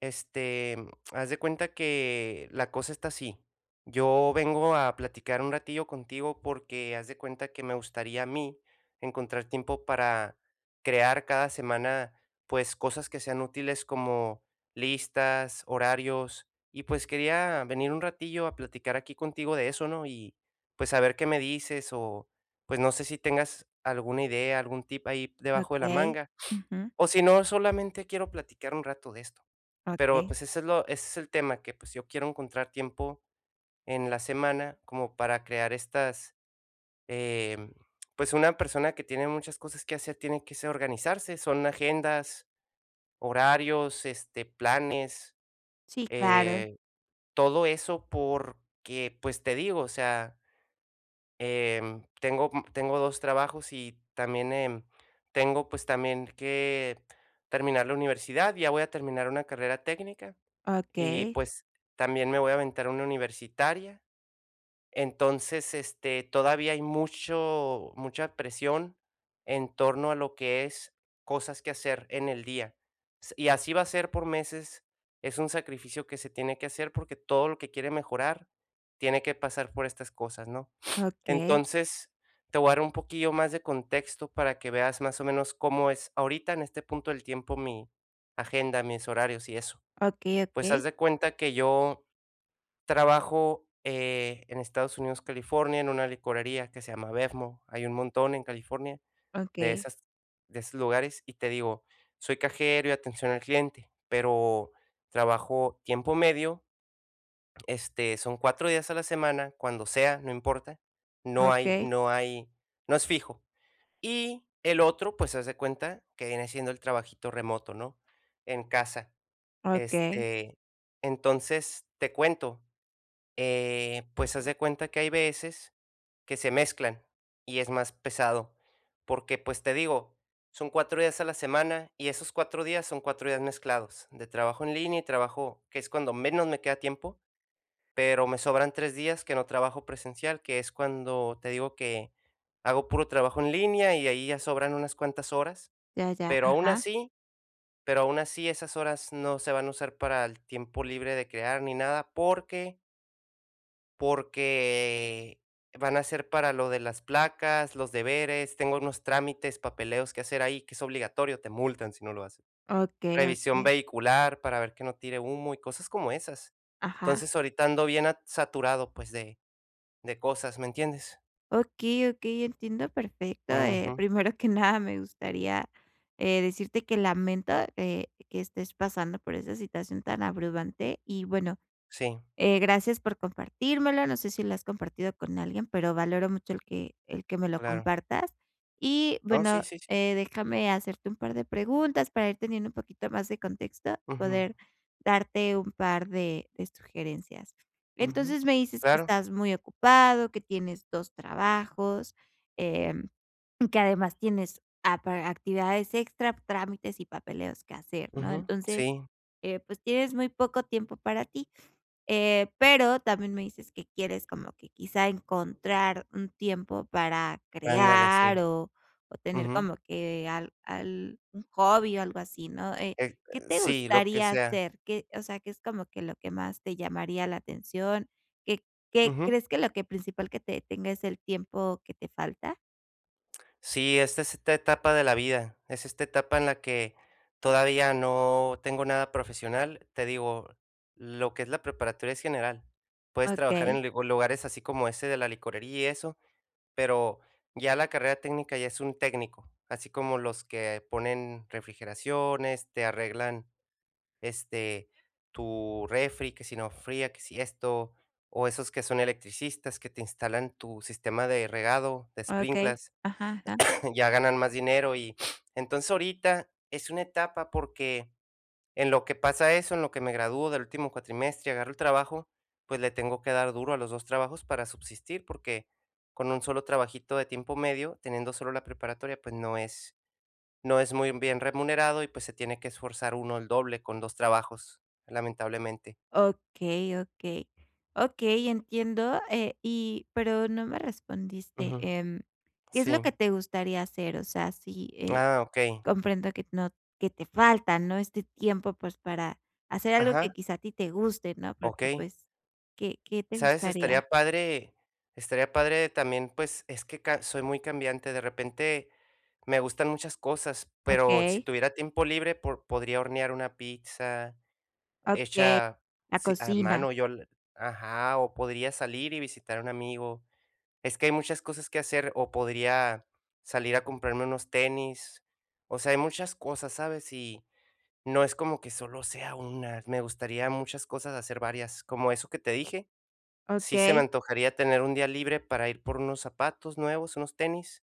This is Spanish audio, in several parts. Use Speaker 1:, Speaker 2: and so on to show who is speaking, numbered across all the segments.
Speaker 1: Este, Haz de cuenta que la cosa está así. Yo vengo a platicar un ratillo contigo porque haz de cuenta que me gustaría a mí encontrar tiempo para crear cada semana, pues, cosas que sean útiles como listas, horarios, y pues quería venir un ratillo a platicar aquí contigo de eso, ¿no? Y pues a ver qué me dices, o pues no sé si tengas alguna idea, algún tip ahí debajo de la
Speaker 2: Okey.
Speaker 1: manga,
Speaker 2: Ujú.
Speaker 1: o si no, solamente quiero platicar un rato de esto. Pero,
Speaker 2: Okey.
Speaker 1: pues, ese es el tema, que, pues, yo quiero encontrar tiempo en la semana como para crear estas, em, pues, una persona que tiene muchas cosas que hacer tiene que se organizarse, son agendas, horarios, este, planes,
Speaker 2: Sí, claro.
Speaker 1: eh, todo eso porque, pues, te digo, o sea, tengo tengo 2 trabajos y también, tengo, pues, también que terminar la universidad, ya voy a terminar una carrera técnica. Y,
Speaker 2: Okey,
Speaker 1: pues, también me voy a aventar una universitaria. Entonces, este, todavía hay mucho mucha presión en torno a lo que es cosas que hacer en el día. S y así va a ser por meses. Es un sacrificio que se tiene que hacer porque todo lo que quiere mejorar tiene que pasar por estas cosas, ¿no?
Speaker 2: okey,
Speaker 1: Entonces, te voy a dar un poquillo más de contexto para que veas más o menos cómo es ahorita en este punto del tiempo mi agenda, mis horarios y eso.
Speaker 2: okey,
Speaker 1: Pues,
Speaker 2: okey,
Speaker 1: haz de cuenta que yo trabajo, en Estados Unidos, California, en una licorería que se llama BevMo. Hay un montón en California de
Speaker 2: okey,
Speaker 1: esas de esos lugares, y te digo, soy cajero y atención al cliente, pero trabajo tiempo medio, este, son 4 días a la semana, cuando sea, no importa, no hay
Speaker 2: okey,
Speaker 1: no hay no es fijo. Y el otro, pues, haz de cuenta que viene siendo el trabajito remoto, ¿no?, en casa.
Speaker 2: okey.
Speaker 1: Este, entonces, te cuento, pues haz de cuenta que hay veces que se mezclan y es más pesado, porque pues te digo, son 4 días a la semana y esos 4 días son 4 días mezclados de trabajo en línea y trabajo, que es cuando menos me queda tiempo, pero me sobran 3 días que no trabajo presencial, que es cuando te digo que hago puro trabajo en línea y ahí ya sobran unas cuantas horas,
Speaker 2: Ya, ya,
Speaker 1: pero aún
Speaker 2: ajá.
Speaker 1: así pero aún así esas horas no se van a usar para el tiempo libre de crear ni nada, porque van a ser para lo de las placas, los deberes, tengo unos trámites, papeleos que hacer ahí, que es obligatorio, te multan si no lo haces.
Speaker 2: Okey,
Speaker 1: Revisión
Speaker 2: okey.
Speaker 1: vehicular para ver que no tire humo y cosas como esas.
Speaker 2: Ajá.
Speaker 1: Entonces, ahorita ando bien at saturado, pues, de cosas, ¿me entiendes?
Speaker 2: Okey, okey, entiendo perfecto.
Speaker 1: Ujú.
Speaker 2: Primero que nada, me gustaría, decirte que lamento que estés pasando por esa situación tan abrumante y, bueno.
Speaker 1: Sí,
Speaker 2: Gracias por compartírmelo, no sé si lo has compartido con alguien, pero valoro mucho el que me lo
Speaker 1: claro.
Speaker 2: compartas. Y
Speaker 1: No,
Speaker 2: bueno,
Speaker 1: sí, sí, sí.
Speaker 2: eh, déjame hacerte un par de preguntas para ir teniendo un poquito más de contexto,
Speaker 1: Ujú,
Speaker 2: poder darte un par de sugerencias.
Speaker 1: ujú.
Speaker 2: Entonces, me dices que
Speaker 1: Claro.
Speaker 2: estás muy ocupado, que tienes 2 trabajos, em, y que además tienes apa actividades extra, trámites y papeleos que hacer, ¿no?
Speaker 1: Ujú.
Speaker 2: Entonces,
Speaker 1: Sí,
Speaker 2: eh, pues, tienes muy poco tiempo para ti. Pero también me dices que quieres como que quizá encontrar un tiempo para
Speaker 1: ándale,
Speaker 2: crear
Speaker 1: sí.
Speaker 2: o tener
Speaker 1: Ujú.
Speaker 2: como que al un hobby o algo así, ¿no? ¿Qué te
Speaker 1: Sí, lo que
Speaker 2: gustaría
Speaker 1: sea.
Speaker 2: hacer? ¿Qué, o sea, qué es como que lo que más te llamaría la atención? ¿Qué qué
Speaker 1: Ujú.
Speaker 2: crees que lo que principal que te detenga es el tiempo que te falta?
Speaker 1: Sí, esta etapa de la vida, es esta etapa en la que todavía no tengo nada profesional. Te digo, lo que es la preparatoria es general. Puedes trabajar
Speaker 2: Okey,
Speaker 1: en lugo lugares así como ese de la licorería y eso, pero ya la carrera técnica ya es un técnico, así como los que ponen refrigeraciones, te arreglan, este, tu refri, que si no fría, que si esto, o esos que son electricistas que te instalan tu sistema de regado, de
Speaker 2: okey.
Speaker 1: sprinklers.
Speaker 2: Ajá, ajá.
Speaker 1: Ya ganan más dinero y entonces ahorita es una etapa porque en lo que pasa eso, en lo que me gradúo del último cuatrimestre y agarro el trabajo, pues le tengo que dar duro a los 2 trabajos para subsistir, porque con un solo trabajito de tiempo medio, teniendo solo la preparatoria, pues no es muy bien remunerado y pues se tiene que esforzar uno el doble con dos trabajos, lamentablemente.
Speaker 2: Okey, okey. Okey, entiendo, y pero no me respondiste,
Speaker 1: Ujú.
Speaker 2: ¿qué es lo
Speaker 1: Sí.
Speaker 2: que te gustaría hacer? O sea, sí,
Speaker 1: Ah, okey.
Speaker 2: comprendo que no que te falta, ¿no?, este tiempo, pues, para hacer algo que
Speaker 1: Ajá,
Speaker 2: quizá a ti te guste, ¿no? Porque,
Speaker 1: okey.
Speaker 2: pues, ¿qué te
Speaker 1: ¿Sabes?
Speaker 2: gustaría?
Speaker 1: Estaría padre también, pues, es que ca soy muy cambiante, de repente me gustan muchas cosas, pero si
Speaker 2: Okey,
Speaker 1: tuviera tiempo libre, por podría hornear una pizza
Speaker 2: okey,
Speaker 1: hecha,
Speaker 2: la
Speaker 1: sí, a
Speaker 2: cocina,
Speaker 1: mano, yo l ajá, o podría salir y visitar a un amigo. Es que hay muchas cosas que hacer, o podría salir a comprarme unos tenis. O sea, hay muchas cosas, ¿sabes? Y no es como que solo sea una, me gustaría muchas cosas, hacer varias, como eso que te dije. Sí se me
Speaker 2: okey.
Speaker 1: antojaría tener un día libre para ir por unos zapatos nuevos, unos tenis,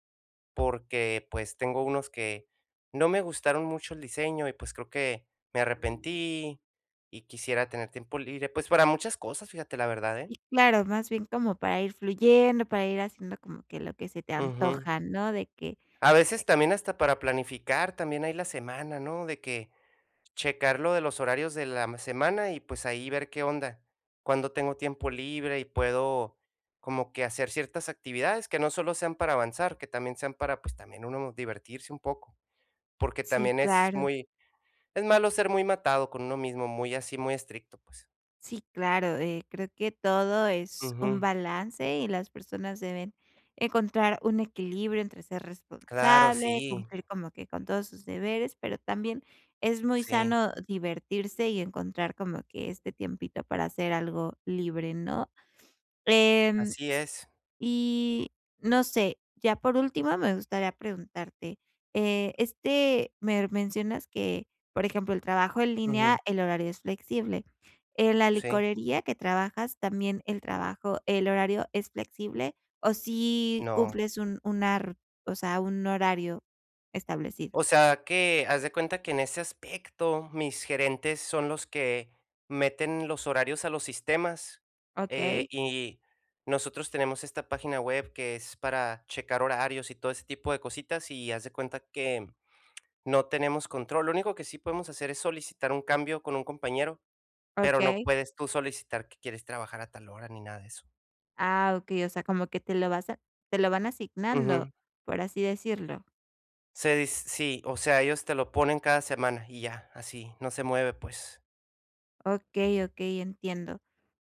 Speaker 1: porque, pues, tengo unos que no me gustaron mucho el diseño y, pues, creo que me arrepentí y quisiera tener tiempo libre, pues, para muchas cosas, fíjate, la verdad, ¿eh?
Speaker 2: Y claro, más bien como para ir fluyendo, para ir haciendo como que lo que se te
Speaker 1: Ujú.
Speaker 2: antoja, ¿no? De que
Speaker 1: A veces
Speaker 2: eh,
Speaker 1: también hasta para planificar también ahí la semana, ¿no? De que checar lo de los horarios de la semana y, pues, ahí ver qué onda. Cuando tengo tiempo libre y puedo como que hacer ciertas actividades que no solo sean para avanzar, que también sean para, pues, también uno divertirse un poco, porque
Speaker 2: sí,
Speaker 1: también es
Speaker 2: claro.
Speaker 1: muy es malo ser muy matado con uno mismo, muy así, muy estricto, pues.
Speaker 2: Sí, claro, creo que todo es un
Speaker 1: Ujú.
Speaker 2: balance y las personas deben encontrar un equilibrio entre ser
Speaker 1: Claro,
Speaker 2: responsable,
Speaker 1: sí,
Speaker 2: cumplir como que con todos sus deberes, pero también es muy
Speaker 1: sí,
Speaker 2: sano divertirse y encontrar como que este tiempito para hacer algo libre, ¿no? Em,
Speaker 1: así es.
Speaker 2: y no sé, ya por último me gustaría preguntarte, me mencionas que, por ejemplo, el trabajo en línea,
Speaker 1: Ujú,
Speaker 2: el horario es flexible. En la
Speaker 1: sí,
Speaker 2: licorería que trabajas, también el trabajo, el horario es flexible o si
Speaker 1: no.
Speaker 2: cumples un una ru o sea, un horario establecido.
Speaker 1: O sea que, haz de cuenta que en ese aspecto, mis gerentes son los que meten los horarios a los sistemas,
Speaker 2: Okey,
Speaker 1: y nosotros tenemos esta página web que es para checar horarios y todo ese tipo de cositas, y haz de cuenta que no tenemos control. Lo único que sí podemos hacer es solicitar un cambio con un compañero, pero no
Speaker 2: okey.
Speaker 1: puedes tú solicitar que quieres trabajar a tal hora ni nada de eso.
Speaker 2: Ah, okey, o sea, como que te lo vas a te lo van
Speaker 1: Ujú.
Speaker 2: asignando, por así decirlo.
Speaker 1: Se dis sí, o sea, ellos te lo ponen cada semana y ya, así, no se mueve, pues.
Speaker 2: Okey, okey, entiendo.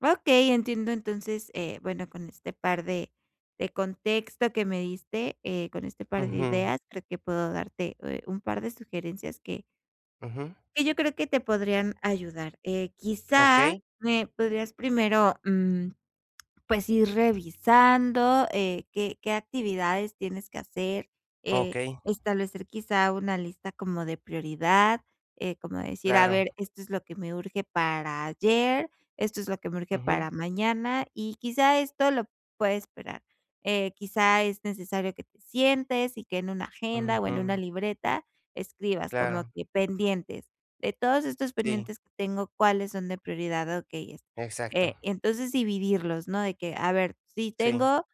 Speaker 2: Okey, entiendo entonces, bueno, con este par de contexto que me diste, con este par de
Speaker 1: Ujú,
Speaker 2: ideas, creo que puedo darte, un par de sugerencias que
Speaker 1: ujú.
Speaker 2: yo creo que te podrían ayudar. Quizá
Speaker 1: Okey,
Speaker 2: me podrías primero, pues, ir revisando, qué actividades tienes que hacer, eh,
Speaker 1: okey,
Speaker 2: establecer quizá una lista como de prioridad, como decir, a ver,
Speaker 1: claro.
Speaker 2: esto es lo que me urge para ayer, esto es lo que me urge
Speaker 1: Ujú,
Speaker 2: para mañana y quizá esto lo puede esperar. Quizá es necesario que te sientes y que en una agenda o en una
Speaker 1: ujú,
Speaker 2: libreta escribas como
Speaker 1: claro.
Speaker 2: que pendientes. De todos estos
Speaker 1: Sí,
Speaker 2: pendientes que tengo, ¿cuáles son de prioridad? Okey,
Speaker 1: exacto.
Speaker 2: entonces dividirlos, ¿no? De que, a ver, si
Speaker 1: Sí.
Speaker 2: tengo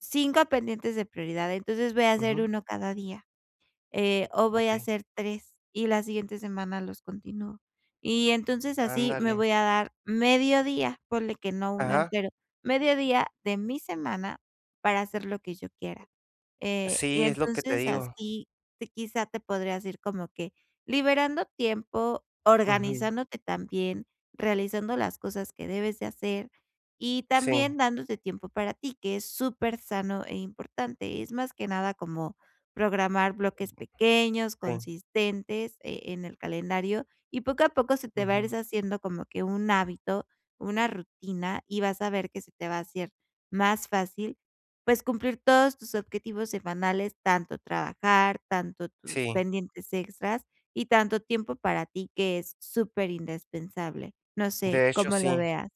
Speaker 2: 5 pendientes de prioridad, entonces voy a hacer
Speaker 1: Ujú,
Speaker 2: uno cada día o voy a
Speaker 1: okey.
Speaker 2: hacer 3 y la siguiente semana los continúo. Y entonces así me
Speaker 1: Ándale.
Speaker 2: voy a dar medio día, ponle que no uno
Speaker 1: Ajá.
Speaker 2: entero, medio día de mi semana para hacer lo que yo quiera. Y
Speaker 1: Sí, es lo que te
Speaker 2: entonces
Speaker 1: digo.
Speaker 2: así te quizá te podrías ir como que liberando tiempo,
Speaker 1: Ujú.
Speaker 2: organizándote también, realizando las cosas que debes de hacer y
Speaker 1: Sí,
Speaker 2: también dándote tiempo para ti, que es súper sano e importante. Es más que nada como programar bloques pequeños,
Speaker 1: sí.
Speaker 2: consistentes, en el calendario, y poco a poco se te va a
Speaker 1: Ujú.
Speaker 2: ir haciendo como que un hábito, una rutina, y vas a ver que se te va a hacer más fácil, pues, cumplir todos tus objetivos semanales, tanto trabajar, tanto tus
Speaker 1: Sí,
Speaker 2: pendientes extras y tanto tiempo para ti, que es súper indispensable. No sé,
Speaker 1: de hecho,
Speaker 2: cómo lo
Speaker 1: sí.
Speaker 2: veas.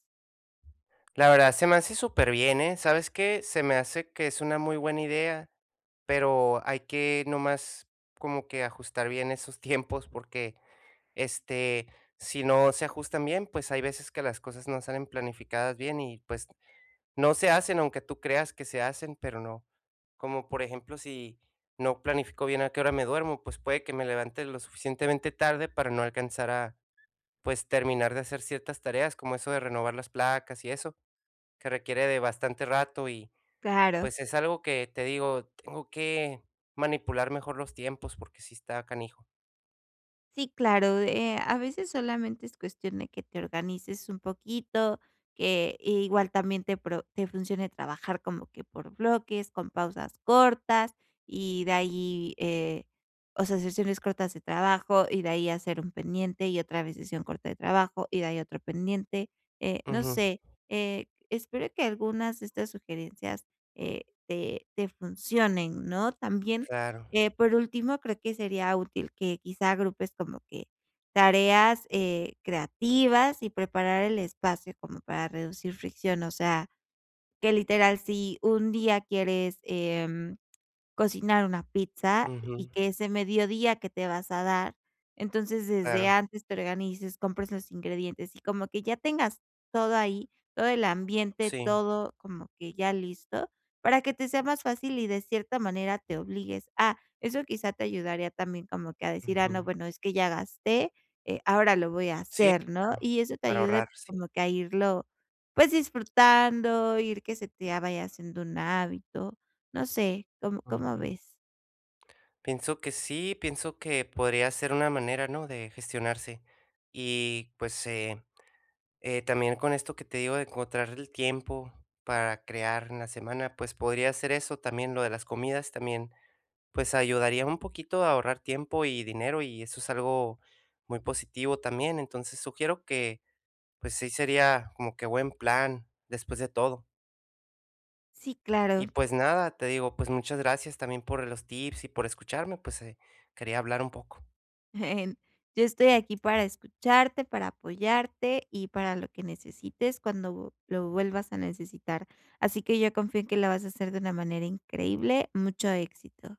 Speaker 1: La verdad se me hace súper bien, ¿eh? ¿Sabes qué? Se me hace que es una muy buena idea, pero hay que nomás como que ajustar bien esos tiempos porque, este, si no se ajustan bien, pues hay veces que las cosas no salen planificadas bien y, pues, no se hacen, aunque tú creas que se hacen, pero no. Como por ejemplo, si no planifico bien a qué hora me duermo, pues puede que me levante lo suficientemente tarde para no alcanzar a, pues, terminar de hacer ciertas tareas, como eso de renovar las placas y eso, que requiere de bastante rato y
Speaker 2: Claro.
Speaker 1: pues es algo que te digo, tengo que manipular mejor los tiempos porque sí está canijo.
Speaker 2: Sí, claro, a veces solamente es cuestión de que te organices un poquito, que igual también te funcione trabajar como que por bloques, con pausas cortas y de ahí, o sea, sesiones cortas de trabajo y de ahí hacer un pendiente y otra vez sesión corta de trabajo y de ahí otro pendiente. eh, no
Speaker 1: Ujú,
Speaker 2: sé, eh, espero que algunas de estas sugerencias te funcionen, ¿no? También
Speaker 1: claro.
Speaker 2: por último, creo que sería útil que quizá agrupes como que tareas, creativas y preparar el espacio como para reducir fricción, o sea, que literal, si un día quieres, cocinar una pizza
Speaker 1: Ujú,
Speaker 2: y que ese mediodía que te vas a dar, entonces desde
Speaker 1: claro.
Speaker 2: antes te organices, compres los ingredientes y como que ya tengas todo ahí, todo el ambiente,
Speaker 1: Sí.
Speaker 2: todo como que ya listo, para que te sea más fácil y de cierta manera te obligues a, eso quizá te ayudaría también como que a decir, ah,
Speaker 1: Ujú.
Speaker 2: no, bueno, es que ya gasté, ahora lo voy a
Speaker 1: Sí,
Speaker 2: hacer, ¿no?
Speaker 1: claro.
Speaker 2: Y eso te
Speaker 1: Para
Speaker 2: ayude
Speaker 1: ahorrar, sí.
Speaker 2: como que a irlo, pues disfrutando, ir que se te vaya haciendo un hábito. No sé, ¿cómo
Speaker 1: Ujú.
Speaker 2: ves?
Speaker 1: Pienso que sí, pienso que podría ser una manera, ¿no?, de gestionarse. Y, pues, también con esto que te digo de encontrar el tiempo para crear en la semana, pues, podría hacer eso, también lo de las comidas también, pues, ayudaría un poquito a ahorrar tiempo y dinero, y eso es algo muy positivo también. Entonces, sugiero que, pues, sí sería como que buen plan después de todo.
Speaker 2: Sí, claro.
Speaker 1: Y, pues, nada, te digo, pues, muchas gracias también por los tips y por escucharme, pues, quería hablar un poco.
Speaker 2: en- Yo estoy aquí para escucharte, para apoyarte y para lo que necesites cuando lo vuelvas a necesitar. Así que yo confío en que la vas a hacer de una manera increíble. Mucho éxito.